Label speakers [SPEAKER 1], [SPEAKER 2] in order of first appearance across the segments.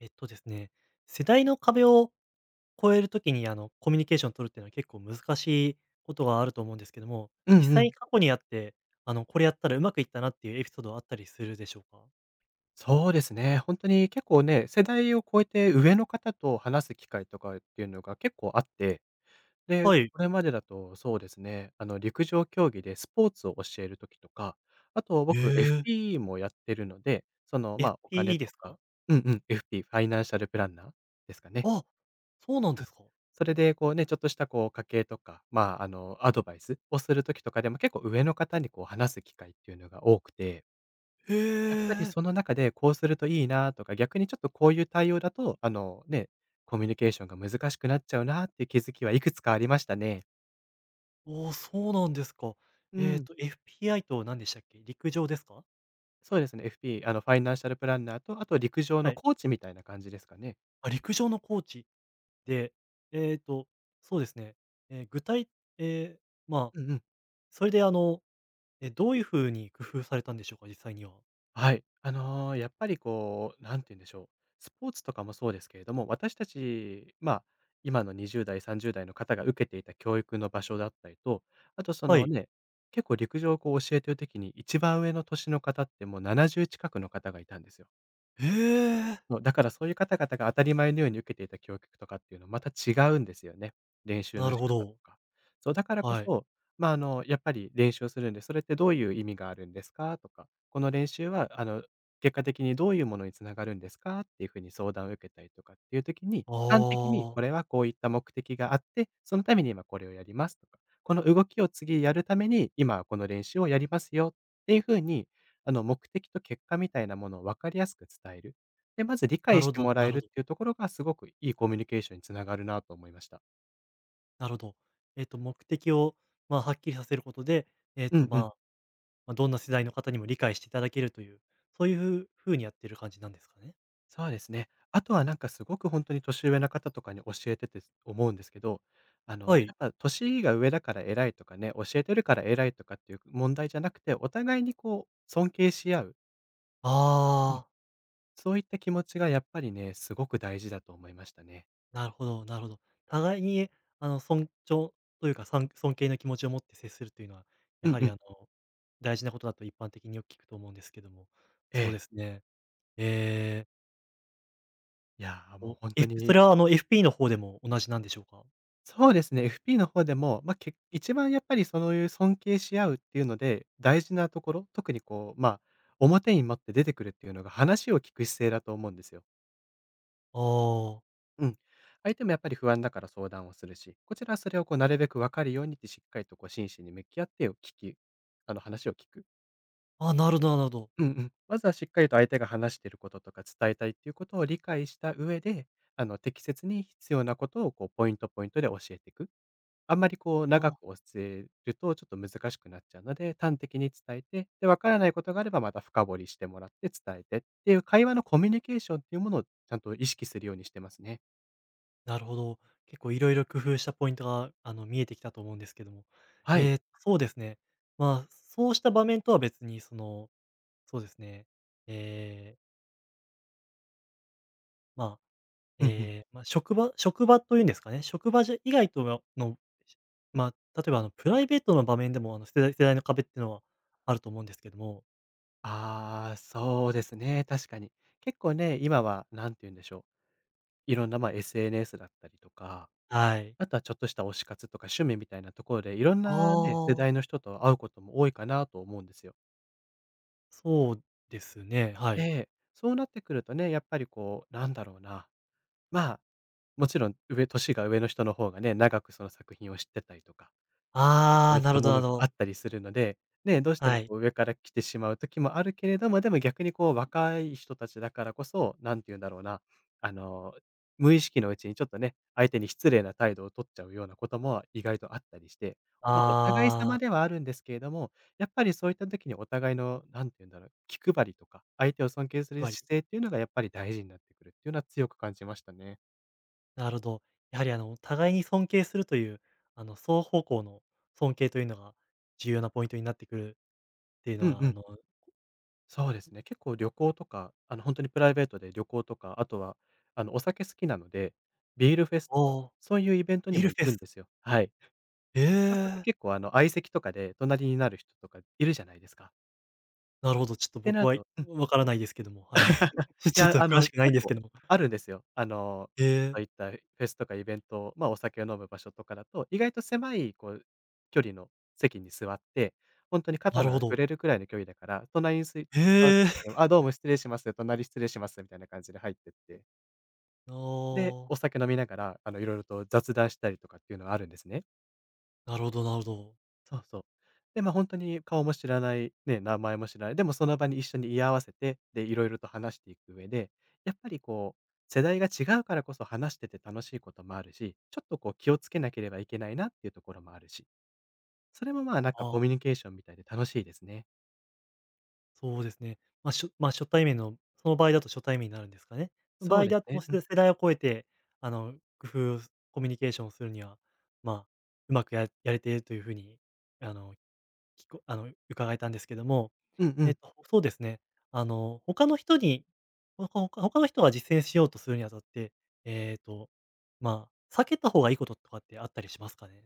[SPEAKER 1] えっとですね、世代の壁を越えるときに、コミュニケーションを取るっていうのは結構難しいことがあると思うんですけども、
[SPEAKER 2] う
[SPEAKER 1] 実
[SPEAKER 2] んう
[SPEAKER 1] 際に
[SPEAKER 2] ん。
[SPEAKER 1] 過去にあって、これやったらうまくいったなっていうエピソードはあったりするでしょうか？
[SPEAKER 2] そうですね。本当に結構ね、世代を超えて上の方と話す機会とかっていうのが結構あって、で、
[SPEAKER 1] はい。
[SPEAKER 2] これまでだとそうですね、陸上競技でスポーツを教える時とか、あと
[SPEAKER 1] え
[SPEAKER 2] 僕
[SPEAKER 1] え。
[SPEAKER 2] FP もやってるので、まあ、お金
[SPEAKER 1] FPE で
[SPEAKER 2] と
[SPEAKER 1] すか？
[SPEAKER 2] か、うんうん、FP、ファイナンシャルプランナーですかね。
[SPEAKER 1] あ、そうなん
[SPEAKER 2] う
[SPEAKER 1] で
[SPEAKER 2] ん。
[SPEAKER 1] すか？
[SPEAKER 2] それでこうね、ちょっとしたこう家計とか、まあ、アドバイスをする時とかでも結構上の方にこう話す機会っていうのが多くて、
[SPEAKER 1] へ
[SPEAKER 2] やっぱり
[SPEAKER 1] え。
[SPEAKER 2] その中で、こうするといいなとか、逆にちょっとこういう対応だと、ね、コミュニケーションが難しくなっちゃうなっていう気づきはいくつかありましたね。
[SPEAKER 1] おお、そうなんですか。
[SPEAKER 2] うん。
[SPEAKER 1] FPI と何でしたっけ？陸上ですか？
[SPEAKER 2] そうですね、FP、ファイナンシャルプランナーと、あと陸上
[SPEAKER 1] は
[SPEAKER 2] の
[SPEAKER 1] い。
[SPEAKER 2] コーチみたいな感じですかね。
[SPEAKER 1] あ、陸上のコーチで、えっと、そうですね、えー具体ええ、まあ、
[SPEAKER 2] うんうん。
[SPEAKER 1] それでどういう風に工夫されたんでしょうか？実際には。
[SPEAKER 2] はい。やっぱりこう、なんて言うんでしょう。スポーツとかもそうですけれども、私たち、まあ、今の20代、30代の方が受けていた教育の場所だったりと、あとそ
[SPEAKER 1] は
[SPEAKER 2] の
[SPEAKER 1] い。
[SPEAKER 2] ね、結構陸上をこう教えてる時に、一番上の年の方ってもう70近くの方がいたんですよ。
[SPEAKER 1] へえ、
[SPEAKER 2] そう、だからそういう方々が当たり前のように受けていた教育とかっていうのはまた違うんですよね。練習
[SPEAKER 1] な
[SPEAKER 2] の
[SPEAKER 1] る
[SPEAKER 2] 仕
[SPEAKER 1] ほ
[SPEAKER 2] 方と
[SPEAKER 1] ど。
[SPEAKER 2] か。そう、だからこ
[SPEAKER 1] はい。
[SPEAKER 2] そ、まあ、やっぱり練習をするんで、それってどういう意味があるんですかとか、この練習は、結果的にどういうものにつながるんですかっていうふうに相談を受けたりとかっていう時に、
[SPEAKER 1] あ
[SPEAKER 2] 端的にこ
[SPEAKER 1] あ、
[SPEAKER 2] れはこういった目的があって、そのために今これをやりますとか、この動きを次やるために、今はこの練習をやりますよっていうふうに、目的と結果みたいなものを分かりやすく伝える。で、まず理
[SPEAKER 1] な
[SPEAKER 2] 解
[SPEAKER 1] る
[SPEAKER 2] し
[SPEAKER 1] ほ
[SPEAKER 2] て
[SPEAKER 1] ど
[SPEAKER 2] もら
[SPEAKER 1] な
[SPEAKER 2] え
[SPEAKER 1] る
[SPEAKER 2] る
[SPEAKER 1] ほ
[SPEAKER 2] っ
[SPEAKER 1] ど、
[SPEAKER 2] ていうところがすごくいいコミュニケーションにつながるなと思いました。
[SPEAKER 1] なるほど。目的を、まあ、はっきりさせることで、
[SPEAKER 2] うんうん。
[SPEAKER 1] まあ、ま、どんな世代の方にも理解していただけるという、そういうふう風にやってる感じなんですかね？
[SPEAKER 2] そうですね。あとはなんかすごく本当に年上の方とかに教えてて思うんですけど、
[SPEAKER 1] は
[SPEAKER 2] や
[SPEAKER 1] い。
[SPEAKER 2] っぱ年が上だから偉いとかね、教えてるから偉いとかっていう問題じゃなくて、お互いにこう尊敬し合う、うん。
[SPEAKER 1] ああ、
[SPEAKER 2] そういった気持ちがやっぱりね、すごく大事だと思いましたね。
[SPEAKER 1] なるほどなるほど。互いに、尊重というか、尊敬の気持ちを持って接するというのは、
[SPEAKER 2] う
[SPEAKER 1] や
[SPEAKER 2] ん
[SPEAKER 1] は
[SPEAKER 2] う
[SPEAKER 1] り、
[SPEAKER 2] ん。
[SPEAKER 1] 大事なことだと一般的によく聞くと思うんですけども。
[SPEAKER 2] え
[SPEAKER 1] そうで
[SPEAKER 2] え。
[SPEAKER 1] すね。ええ、
[SPEAKER 2] いやー、もう本当
[SPEAKER 1] そ
[SPEAKER 2] に。
[SPEAKER 1] れはFP の方でも同じなんでしょうか？
[SPEAKER 2] そうですね、FP の方でも、まあ、け一番やっぱりそういう尊敬し合うっていうので、大事なところ、特にこう、まあ、表に持って出てくるっていうのが、話を聞く姿勢だと思うんですよ。
[SPEAKER 1] あ
[SPEAKER 2] うん。相手もやっぱり不安だから相談をするし、こちらはそれをこうなるべく分かるようにってしっかりとこう真摯に向き合ってを聞き、話を聞く。
[SPEAKER 1] あ、あ、なるほどなるほど。
[SPEAKER 2] うんうん。まずはしっかりと相手が話していることとか伝えたいっていうことを理解した上で、適切に必要なことをこうポイントポイントで教えていく。あんまりこう長く
[SPEAKER 1] あ
[SPEAKER 2] 教えるとちょっと難しくなっちゃうので、端的に伝えて、で、わからないことがあればまた深掘りしてもらって伝えてっていう会話のコミュニケーションっていうものをちゃんと意識するようにしてますね。
[SPEAKER 1] なるほど。結構いろいろ工夫したポイントが、見えてきたと思うんですけども。
[SPEAKER 2] はい。
[SPEAKER 1] ええ、そうですね。まあ、そうした場面とは別に、その、そうですね、ええ、まあ、
[SPEAKER 2] う
[SPEAKER 1] え
[SPEAKER 2] んうん。
[SPEAKER 1] え、まあ、職場職場というんですかね、職場じゃ以外とはの、まあ、例えばプライベートの場面でも世代の壁っていうのはあると思うんですけども。
[SPEAKER 2] ああ、そうですね。確かに。結構ね、今はなんて言うんでしょう。いろんなまあ SNS だったりとか、
[SPEAKER 1] はい。
[SPEAKER 2] あとはちょっとした推し活とか趣味みたいなところで、いろん
[SPEAKER 1] あ
[SPEAKER 2] なね、世代
[SPEAKER 1] あ。
[SPEAKER 2] の人と会うことも多いかなと思うんですよ。
[SPEAKER 1] そうですね、はい。
[SPEAKER 2] え。そうなってくるとね、やっぱりこう、なんだろうな。まあ、もちろん上年が上の人の方がね、長くその作品を知ってたりとか、でそ
[SPEAKER 1] あ
[SPEAKER 2] う
[SPEAKER 1] あ、
[SPEAKER 2] いっ
[SPEAKER 1] なる
[SPEAKER 2] た
[SPEAKER 1] ほど
[SPEAKER 2] も
[SPEAKER 1] なる
[SPEAKER 2] のが
[SPEAKER 1] ほ
[SPEAKER 2] あ
[SPEAKER 1] ど。
[SPEAKER 2] ったりするので、ね、どうしても
[SPEAKER 1] はい。
[SPEAKER 2] こう上から来てしまう時もあるけれども、でも逆にこう若い人たちだからこそ、なんて言うんだろうな、あの、無意識のうちにちょっとね、相手に失礼な態度を取っちゃうようなことも意外とあったりして、ま、お互い様
[SPEAKER 1] ああ。
[SPEAKER 2] ではあるんですけれども、やっぱりそういった時にお互いのなんて言うんだろう、気配りとか、相手を尊敬す
[SPEAKER 1] つ
[SPEAKER 2] る
[SPEAKER 1] まり、
[SPEAKER 2] 姿勢っていうのがやっぱり大事になってくるっていうのは強く感じましたね。
[SPEAKER 1] なるほど。やはり互いに尊敬するという、双方向の尊敬というのが重要なポイントになってくるっていう
[SPEAKER 2] う
[SPEAKER 1] の
[SPEAKER 2] んう
[SPEAKER 1] は、
[SPEAKER 2] ん。そうですね。結構旅行とか、本当にプライベートで旅行とか、あとは、お酒好きなので、ビールフェスとか、
[SPEAKER 1] おお。
[SPEAKER 2] そういうイベントに
[SPEAKER 1] ビー
[SPEAKER 2] も
[SPEAKER 1] ルフ
[SPEAKER 2] 行
[SPEAKER 1] ェ
[SPEAKER 2] くん
[SPEAKER 1] ス
[SPEAKER 2] ですよ。はい。
[SPEAKER 1] え
[SPEAKER 2] そうすると
[SPEAKER 1] え、
[SPEAKER 2] 結構、相席とかで隣になる人とかいるじゃないですか。
[SPEAKER 1] なるほど、ちょっと
[SPEAKER 2] って
[SPEAKER 1] 僕
[SPEAKER 2] なる
[SPEAKER 1] は、
[SPEAKER 2] と、
[SPEAKER 1] わからないですけども、はい。
[SPEAKER 2] い
[SPEAKER 1] ちょっ
[SPEAKER 2] や、
[SPEAKER 1] と詳しくないん
[SPEAKER 2] 結
[SPEAKER 1] です
[SPEAKER 2] 構
[SPEAKER 1] けども。
[SPEAKER 2] あるんですよ。
[SPEAKER 1] え
[SPEAKER 2] そ
[SPEAKER 1] え、
[SPEAKER 2] ういったフェスとかイベント、ま、お酒を飲む場所とかだと、意外と狭いこう、距離の席に座って、本当に
[SPEAKER 1] な
[SPEAKER 2] 肩
[SPEAKER 1] る
[SPEAKER 2] の
[SPEAKER 1] ほ
[SPEAKER 2] が触
[SPEAKER 1] ど。
[SPEAKER 2] れるくらいの距離だから、隣にすい座った
[SPEAKER 1] え
[SPEAKER 2] 時に
[SPEAKER 1] え。
[SPEAKER 2] も、「あ、どうも失礼します。隣失礼します」みたいな感じで入ってって、
[SPEAKER 1] あ
[SPEAKER 2] で、
[SPEAKER 1] あ、
[SPEAKER 2] お酒飲みながら、いろいろと雑談したりとかっていうのはあるんですね。
[SPEAKER 1] なるほどなるほど。
[SPEAKER 2] そうそう。で、ま、あ本当に顔も知らない、ね、名前も知らない、でもその場に一緒に居合わせて、で、いろいろと話していく上で、やっぱりこう、世代が違うからこそ話してて楽しいこともあるし、ちょっとこう気をつけなければいけないなっていうところもあるし、それもまあ、なんか
[SPEAKER 1] あ
[SPEAKER 2] コミ
[SPEAKER 1] あ。
[SPEAKER 2] ュニケーションみたいで楽しいですね。
[SPEAKER 1] そうですね。まあ、まあ、初対面のその場合だと初対面になるんですかね。
[SPEAKER 2] そ
[SPEAKER 1] 場
[SPEAKER 2] う
[SPEAKER 1] 合
[SPEAKER 2] で
[SPEAKER 1] で
[SPEAKER 2] す
[SPEAKER 1] あっても、
[SPEAKER 2] ね。うん。
[SPEAKER 1] 世代を超えて、あの、工夫コミュニケーションをするには、まあ、うまくやれているというふうに、あの、聞こあの、伺えたんですけども、
[SPEAKER 2] うんうん。
[SPEAKER 1] そうですね。他の人に、ほかほか他の人が実践しようとするにあたって、えっと、まあ、避けた方がいいこととかってあったりしますかね？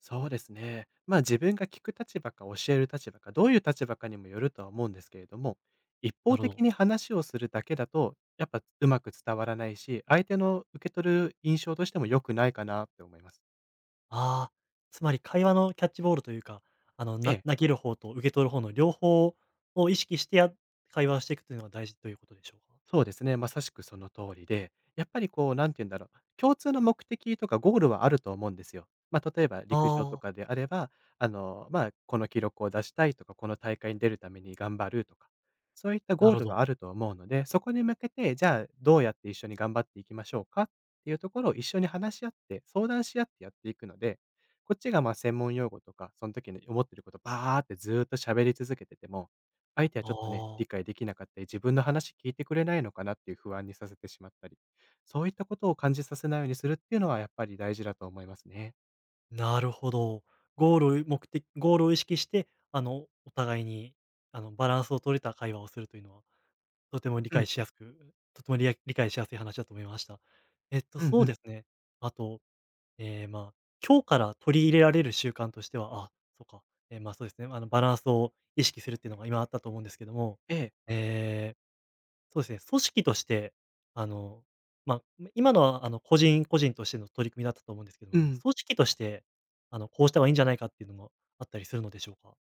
[SPEAKER 2] そうですね。まあ、自分が聞く立場か教える立場かどういう立場かにもよるとは思うんですけれども、一
[SPEAKER 1] な
[SPEAKER 2] 方
[SPEAKER 1] るほ
[SPEAKER 2] 的
[SPEAKER 1] ど。
[SPEAKER 2] に話をするだけだと、やっぱうまく伝わらないし、相手の受け取る印象としても良くないかなって思います。
[SPEAKER 1] ああ、つまり会話のキャッチボールというか、
[SPEAKER 2] ええ。
[SPEAKER 1] 投げる方と受け取る方の両方を意識して会話をしていくというのが大事ということでしょうか？
[SPEAKER 2] そうですね。まさしくその通りで、やっぱりこう、なんて言うんだろう、共通の目的とかゴールはあると思うんですよ。まあ、例えば陸上と
[SPEAKER 1] ああ、
[SPEAKER 2] かであれば、まあ、この記録を出したいとか、この大会に出るために頑張るとか、そういった
[SPEAKER 1] な
[SPEAKER 2] ゴー
[SPEAKER 1] るほ
[SPEAKER 2] ル
[SPEAKER 1] ど。
[SPEAKER 2] はあると思うので、そこに向けて、じゃあどうやって一緒に頑張っていきましょうかっていうところを一緒に話し合って、相談し合ってやっていくので、こっちがまあ専門用語とか、その時に思ってることバーってずーっと喋り続けてても、相手はちょっとね、
[SPEAKER 1] あ
[SPEAKER 2] 理
[SPEAKER 1] あ、
[SPEAKER 2] 解できなかったり、自分の話聞いてくれないのかなっていう不安にさせてしまったり、そういったことを感じさせないようにするっていうのはやっぱり大事だと思いますね。
[SPEAKER 1] なるほど。ゴールを目的ゴールを意識して、お互いに、バランスを取れた会話をするというのは、とても理
[SPEAKER 2] う
[SPEAKER 1] 解
[SPEAKER 2] ん、
[SPEAKER 1] しやすくとても理解しやすい話だと思いました。
[SPEAKER 2] うん
[SPEAKER 1] そ
[SPEAKER 2] う
[SPEAKER 1] う
[SPEAKER 2] ん。
[SPEAKER 1] ですね。あとええ、まあ、今日から取り入れられる習慣としては、あ、そうか、ええ、ま、そうですね、バランスを意識するっていうのが今あったと思うんですけども、
[SPEAKER 2] ええ、
[SPEAKER 1] えーそうですね、組織として、あの、まあ、今のは、個人個人としての取り組みだったと思うんですけど
[SPEAKER 2] う
[SPEAKER 1] も、
[SPEAKER 2] ん。
[SPEAKER 1] 組織として、こうした方がいいんじゃないかっていうのもあったりするのでしょうか？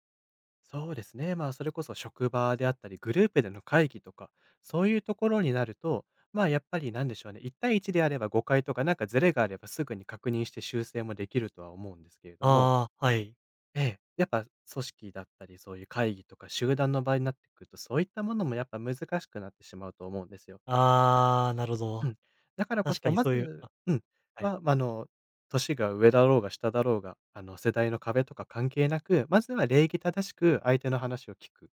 [SPEAKER 2] そうですね。まあ、それこそ職場であったり、グループでの会議とか、そういうところになると、まあ、やっぱりなんでしょうね、1対1であれば誤解とか、なんかズレがあればすぐに確認して修正もできるとは思うんですけれども、
[SPEAKER 1] ああー、はい。
[SPEAKER 2] ええ、やっぱ組織だったり、そういう会議とか集団の場合になってくると、そういったものもやっぱ難しくなってしまうと思うんですよ。
[SPEAKER 1] ああ、なるほ
[SPEAKER 2] う
[SPEAKER 1] ど。
[SPEAKER 2] ん。だからこ
[SPEAKER 1] 確か
[SPEAKER 2] そ、
[SPEAKER 1] に
[SPEAKER 2] ま
[SPEAKER 1] そういう
[SPEAKER 2] ず、うん、
[SPEAKER 1] はい。
[SPEAKER 2] は、ま、年が上だろうが下だろうが、世代の壁とか関係なく、まずは礼儀正しく相手の話を聞く。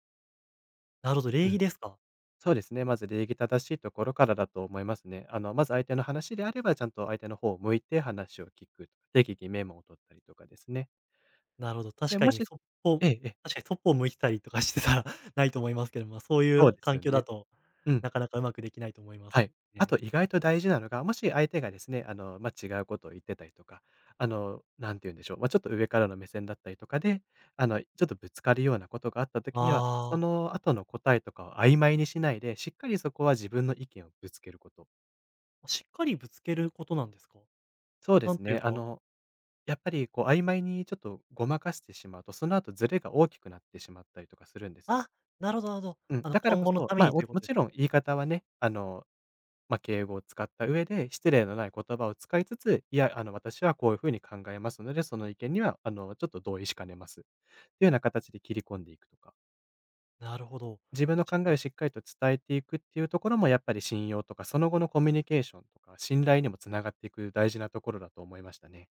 [SPEAKER 1] なるほど、
[SPEAKER 2] う
[SPEAKER 1] 礼
[SPEAKER 2] ん、
[SPEAKER 1] 儀ですか。
[SPEAKER 2] そうですね、まず礼儀正しいところからだと思いますね。まず相手の話であれば、ちゃんと相手の方を向いて話を聞く。適宜メモを取ったりとかですね。
[SPEAKER 1] なるほど、
[SPEAKER 2] で、もしええええ、
[SPEAKER 1] 確かにそっぽを向いてたりとかしてたら ないと思いますけど、まあ、そうい
[SPEAKER 2] そう
[SPEAKER 1] う
[SPEAKER 2] です
[SPEAKER 1] 環
[SPEAKER 2] よ
[SPEAKER 1] 境だ
[SPEAKER 2] ね。
[SPEAKER 1] と、
[SPEAKER 2] うん。
[SPEAKER 1] なかなかうまくできないと思います
[SPEAKER 2] はい。あと
[SPEAKER 1] ね。
[SPEAKER 2] 意外と大事なのが、もし相手がですね、まあ、違うことを言ってたりとか、なんて言うんでしょう、まあ、ちょっと上からの目線だったりとかで、ちょっとぶつかるようなことがあった時には、そ
[SPEAKER 1] あ
[SPEAKER 2] の後の答えとかを曖昧にしないで、しっかりそこは自分の意見をぶつけること。
[SPEAKER 1] あ、しっかりぶつけることなんですか？
[SPEAKER 2] そうで
[SPEAKER 1] なん
[SPEAKER 2] す
[SPEAKER 1] という
[SPEAKER 2] ね、
[SPEAKER 1] か、
[SPEAKER 2] やっぱりこう曖昧にちょっとごまかしてしまうと、その後ズレが大きくなってしまったりとかするんですよ。
[SPEAKER 1] あ、なるほどなるほど。
[SPEAKER 2] うん、だから
[SPEAKER 1] 今
[SPEAKER 2] こ
[SPEAKER 1] 後の
[SPEAKER 2] そ、
[SPEAKER 1] ため
[SPEAKER 2] ま、
[SPEAKER 1] にというこ
[SPEAKER 2] も
[SPEAKER 1] とで
[SPEAKER 2] ち
[SPEAKER 1] す
[SPEAKER 2] ろ
[SPEAKER 1] ね。
[SPEAKER 2] ん言い方はね、まあ、敬語を使った上で、失礼のない言葉を使いつつ、いや、私はこういう風に考えますので、その意見には、ちょっと同意しかねます。というような形で切り込んでいくとか、
[SPEAKER 1] なるほど。
[SPEAKER 2] 自分の
[SPEAKER 1] ち
[SPEAKER 2] 考
[SPEAKER 1] ょ
[SPEAKER 2] え
[SPEAKER 1] っ
[SPEAKER 2] を
[SPEAKER 1] と
[SPEAKER 2] しっかりと伝えていくっていうところも、やっぱり信用とか、その後のコミュニケーションとか、信頼にもつながっていく大事なところだと思いましたね。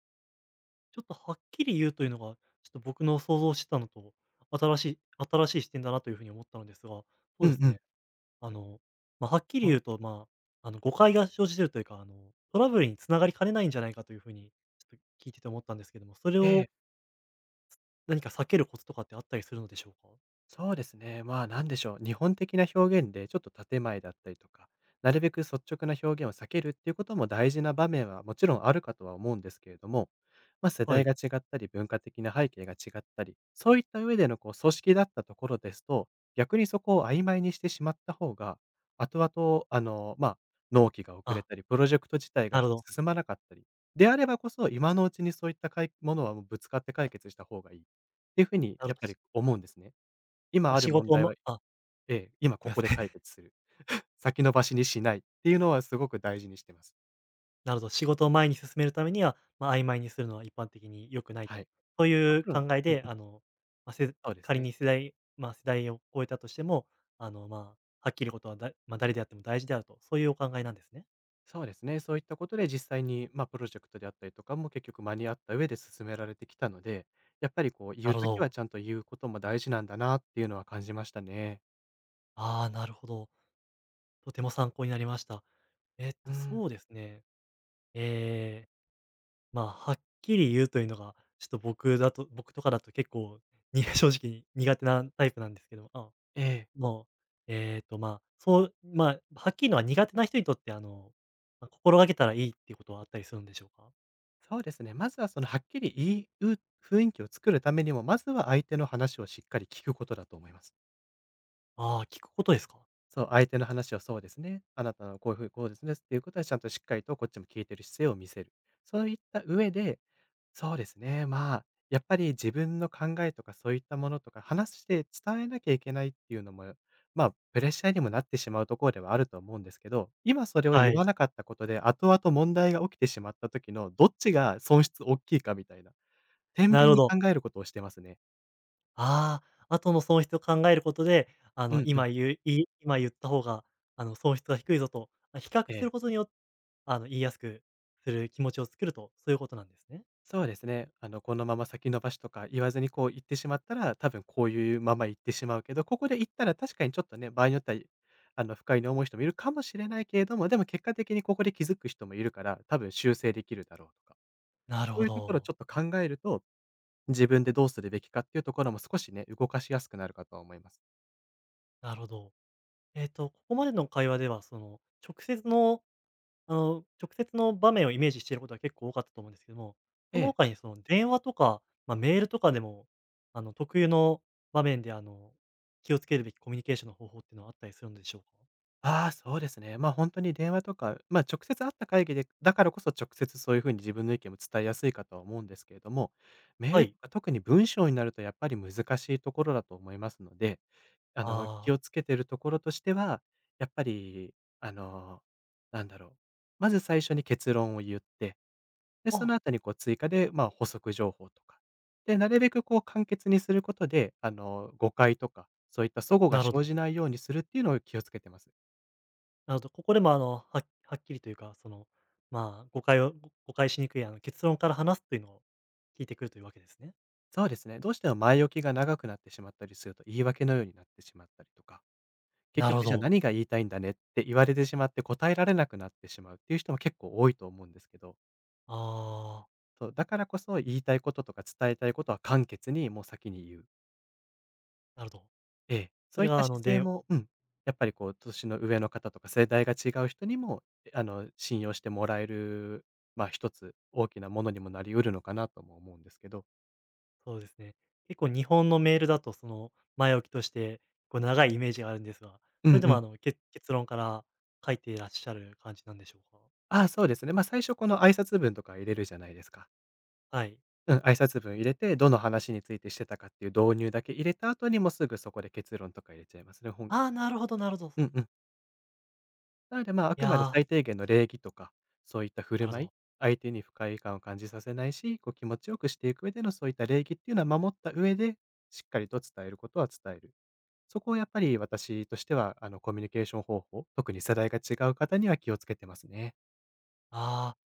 [SPEAKER 1] ちょっとはっきり言うというのが、ちょっと僕の想像してたのと、新しい新しい視点だなというふうに思ったのですが、そ
[SPEAKER 2] う
[SPEAKER 1] うで
[SPEAKER 2] ん
[SPEAKER 1] す
[SPEAKER 2] うん。
[SPEAKER 1] ね。あの、まあ、はっきり言
[SPEAKER 2] お
[SPEAKER 1] うと、まあ、誤解が生じてるというか、トラブルに繋がりかねないんじゃないかという風に、ちょっと聞いてて思ったんですけども、それ
[SPEAKER 2] え
[SPEAKER 1] を
[SPEAKER 2] え。
[SPEAKER 1] 何か避けるコツとかってあったりするのでしょうか？
[SPEAKER 2] そうですね。まあ、なんでしょう。日本的な表現で、ちょっと建前だったりとか、なるべく率直な表現を避けるっていうことも大事な場面はもちろんあるかとは思うんですけれども、まあ、世
[SPEAKER 1] は
[SPEAKER 2] 代が
[SPEAKER 1] い。
[SPEAKER 2] 違ったり、文化的な背景が違ったり、そういった上でのこう組織だったところですと、逆にそこを曖昧にしてしまった方が、後々、まあ、納期が遅れ
[SPEAKER 1] あ、
[SPEAKER 2] たり、プロジェクト自体が
[SPEAKER 1] なるほど、
[SPEAKER 2] 進まなかったり、であればこそ、今のうちにそういったかいものはもうぶつかって解決した方がいいっていうふうに、
[SPEAKER 1] なるほ
[SPEAKER 2] やっ
[SPEAKER 1] ど。
[SPEAKER 2] ぱり思うんですね。今
[SPEAKER 1] まあ、
[SPEAKER 2] ある
[SPEAKER 1] 仕
[SPEAKER 2] 問
[SPEAKER 1] 事を
[SPEAKER 2] 題は
[SPEAKER 1] まあ、
[SPEAKER 2] ええ、今
[SPEAKER 1] すい
[SPEAKER 2] こ
[SPEAKER 1] ま
[SPEAKER 2] こで
[SPEAKER 1] せん。
[SPEAKER 2] 解 決する。先延ばしにしないっていうのはすごく大事にしてます。
[SPEAKER 1] なるほど、仕事を前に進めるためには、まあ、曖昧にするのは一般的に良くない
[SPEAKER 2] は
[SPEAKER 1] と。
[SPEAKER 2] い。
[SPEAKER 1] そう
[SPEAKER 2] も
[SPEAKER 1] い
[SPEAKER 2] ち
[SPEAKER 1] う
[SPEAKER 2] ろん
[SPEAKER 1] 考え
[SPEAKER 2] うんうん、
[SPEAKER 1] で、まあ、
[SPEAKER 2] そうです
[SPEAKER 1] 仮
[SPEAKER 2] ね。
[SPEAKER 1] にまあ、世代を超えたとしても、まあ、はっきりことはだまあ、誰であっても大事であると、そういうお考えなんですね。
[SPEAKER 2] そうですね。そういったことで実際に、まあ、プロジェクトであったりとかも結局間に合った上で進められてきたので、やっぱりこう言
[SPEAKER 1] な
[SPEAKER 2] う
[SPEAKER 1] る
[SPEAKER 2] と
[SPEAKER 1] ほ
[SPEAKER 2] きは
[SPEAKER 1] ど。
[SPEAKER 2] ちゃんと言うことも大事なんだなっていうのは感じましたね。
[SPEAKER 1] ああ、なるほど。とても参考になりました。
[SPEAKER 2] うん。
[SPEAKER 1] そうですね。えーまあ、はっきり言うというのが、ちょっと僕とかだと結構、正直に苦手なタイプなんですけど、あ、
[SPEAKER 2] ええ、
[SPEAKER 1] もう、まあ、そう、まあ、はっきりのは苦手な人にとって、ま、心がけたらいいっていうことはあったりするんでしょうか？
[SPEAKER 2] そうですね。まずはそのはっきりう雰囲気を作るためにも、まずは相手の話をしっかり聞くことだと思います。
[SPEAKER 1] ああー、聞くことですか？
[SPEAKER 2] そう、相手の話をそうですね、あなたのこういうふうにこうですねっていうことはちゃんとしっかりとこっちも聞いてる姿勢を見せる。そういった上で、そうですね、まあ、やっぱり自分の考えとかそういったものとか話して伝えなきゃいけないっていうのも、まあ、プレッシャーにもなってしまうところではあると思うんですけど、今それを
[SPEAKER 1] は
[SPEAKER 2] 言
[SPEAKER 1] い、
[SPEAKER 2] わなかったことで、後々問題が起きてしまった時のどっちが損失大きいかみたいな、天
[SPEAKER 1] な
[SPEAKER 2] 秤
[SPEAKER 1] るほ
[SPEAKER 2] に
[SPEAKER 1] ど。
[SPEAKER 2] 考えることをしてますね。
[SPEAKER 1] ああ、後の損失を考えることで、
[SPEAKER 2] うんうん。
[SPEAKER 1] 今言った方が、損失が低いぞと、あ、比較
[SPEAKER 2] え
[SPEAKER 1] する
[SPEAKER 2] え。
[SPEAKER 1] ことによって言いやすくする気持ちを作ると、そういうことなんですね。
[SPEAKER 2] そうですね。このまま先延ばしとか言わずにこう言ってしまったら、多分こういうまま行ってしまうけど、ここで言ったら確かにちょっとね、場合によっては、不快に思う人もいるかもしれないけれども、でも結果的にここで気づく人もいるから、多分修正できるだろうとか、
[SPEAKER 1] なる
[SPEAKER 2] そう
[SPEAKER 1] ほ
[SPEAKER 2] いうところをちょ
[SPEAKER 1] ど、
[SPEAKER 2] っと考えると、自分でどうするべきかっていうところも少しね、動かしやすくなるかと思います。
[SPEAKER 1] なるほど。ここまでの会話では、その、直接の直接の場面をイメージしていることが結構多かったと思うんですけども、
[SPEAKER 2] え
[SPEAKER 1] その
[SPEAKER 2] え。
[SPEAKER 1] 他にその電話とか、まあ、メールとかでも、特有の場面で、気をつけるべきコミュニケーションの方法っていうのはあったりするんでしょうか？
[SPEAKER 2] ああ、そうですね。ま、あ本当に電話とか、ま、直接会った会議でだからこそ直接そういう風に自分の意見も伝えやすいかとは思うんですけれども、メー
[SPEAKER 1] は
[SPEAKER 2] ルと
[SPEAKER 1] い。
[SPEAKER 2] か特に文章になるとやっぱり難しいところだと思いますので、気
[SPEAKER 1] あ
[SPEAKER 2] を
[SPEAKER 1] あ。
[SPEAKER 2] つけてるところとしては、やっぱり、あの、なんだろう、まず最初に結論を言って、で、そ
[SPEAKER 1] あ、
[SPEAKER 2] の後にこう追加で、ま、補足情報とか。で、なるべくこう簡潔にすることで、誤解とか、そういった齟齬が
[SPEAKER 1] なるほ
[SPEAKER 2] 生
[SPEAKER 1] ど。
[SPEAKER 2] じないようにするっていうのを気をつけてます。
[SPEAKER 1] なるほど。ここでもはっきりというか、その、まあ、誤解しにくい結論から話すというのを聞いてくるというわけですね。
[SPEAKER 2] そうですね。どうしても前置きが長くなってしまったりすると、言い訳のようになってしまったりとか、結
[SPEAKER 1] なるほ
[SPEAKER 2] 局じゃあ
[SPEAKER 1] ど。
[SPEAKER 2] 何が言いたいんだねって言われてしまって答えられなくなってしまうっていう人も結構多いと思うんですけど、
[SPEAKER 1] ああ、
[SPEAKER 2] そう、だからこそ言いたいこととか伝えたいことは簡潔にもう先に言う。
[SPEAKER 1] なるほど。
[SPEAKER 2] ええ。
[SPEAKER 1] そ
[SPEAKER 2] そう
[SPEAKER 1] れ
[SPEAKER 2] いった
[SPEAKER 1] が
[SPEAKER 2] 姿勢
[SPEAKER 1] で
[SPEAKER 2] も、うん、やっぱりこう、年の上の方とか世代が違う人にも、え、信用してもらえる、まあ一つ大きなものにもなりうるのかなとも思うんですけど。
[SPEAKER 1] そうですね。結構日本のメールだとその、前置きとして、こう長いイメージがあるんですが、
[SPEAKER 2] うん
[SPEAKER 1] それで
[SPEAKER 2] う
[SPEAKER 1] も
[SPEAKER 2] ん。
[SPEAKER 1] 結論から書いていらっしゃる感じなんでしょうか？
[SPEAKER 2] ああ、そうですね。まあ最初この挨拶文とか入れるじゃないですか。
[SPEAKER 1] はい。
[SPEAKER 2] うん、挨拶文入れて、どの話についてしてたかっていう導入だけ入れた後に、もすぐそこで結論とか入れちゃいますね、ほん
[SPEAKER 1] ああ、なるほどなるほど。
[SPEAKER 2] うんうん。なので、まあ、あ
[SPEAKER 1] い
[SPEAKER 2] くまで
[SPEAKER 1] や
[SPEAKER 2] 最
[SPEAKER 1] ー、
[SPEAKER 2] 低限の礼儀とか、そういった振
[SPEAKER 1] な
[SPEAKER 2] る
[SPEAKER 1] るほ
[SPEAKER 2] 舞い、
[SPEAKER 1] ど。
[SPEAKER 2] 相手に不快感を感じさせないし、こう気持ちよくしていく上でのそういった礼儀っていうのは守った上で、しっかりと伝えることは伝える。そこをやっぱり私としては、コミュニケーション方法、特に世代が違う方には気をつけてますね。
[SPEAKER 1] ああ、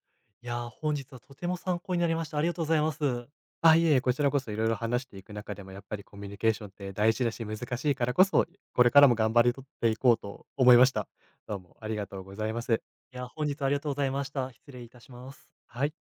[SPEAKER 1] いやー、本日はとても参考になりました。ありがとうございます。
[SPEAKER 2] あ、いえいえ、こちらこそいろいろ話していく中でも、やっぱりコミュニケーションって大事だし、難しいからこそ、これからも頑張りとっていこうと思いました。どうもありがとうございます。
[SPEAKER 1] いや、本日はありがとうございました。失礼いたします。
[SPEAKER 2] はい。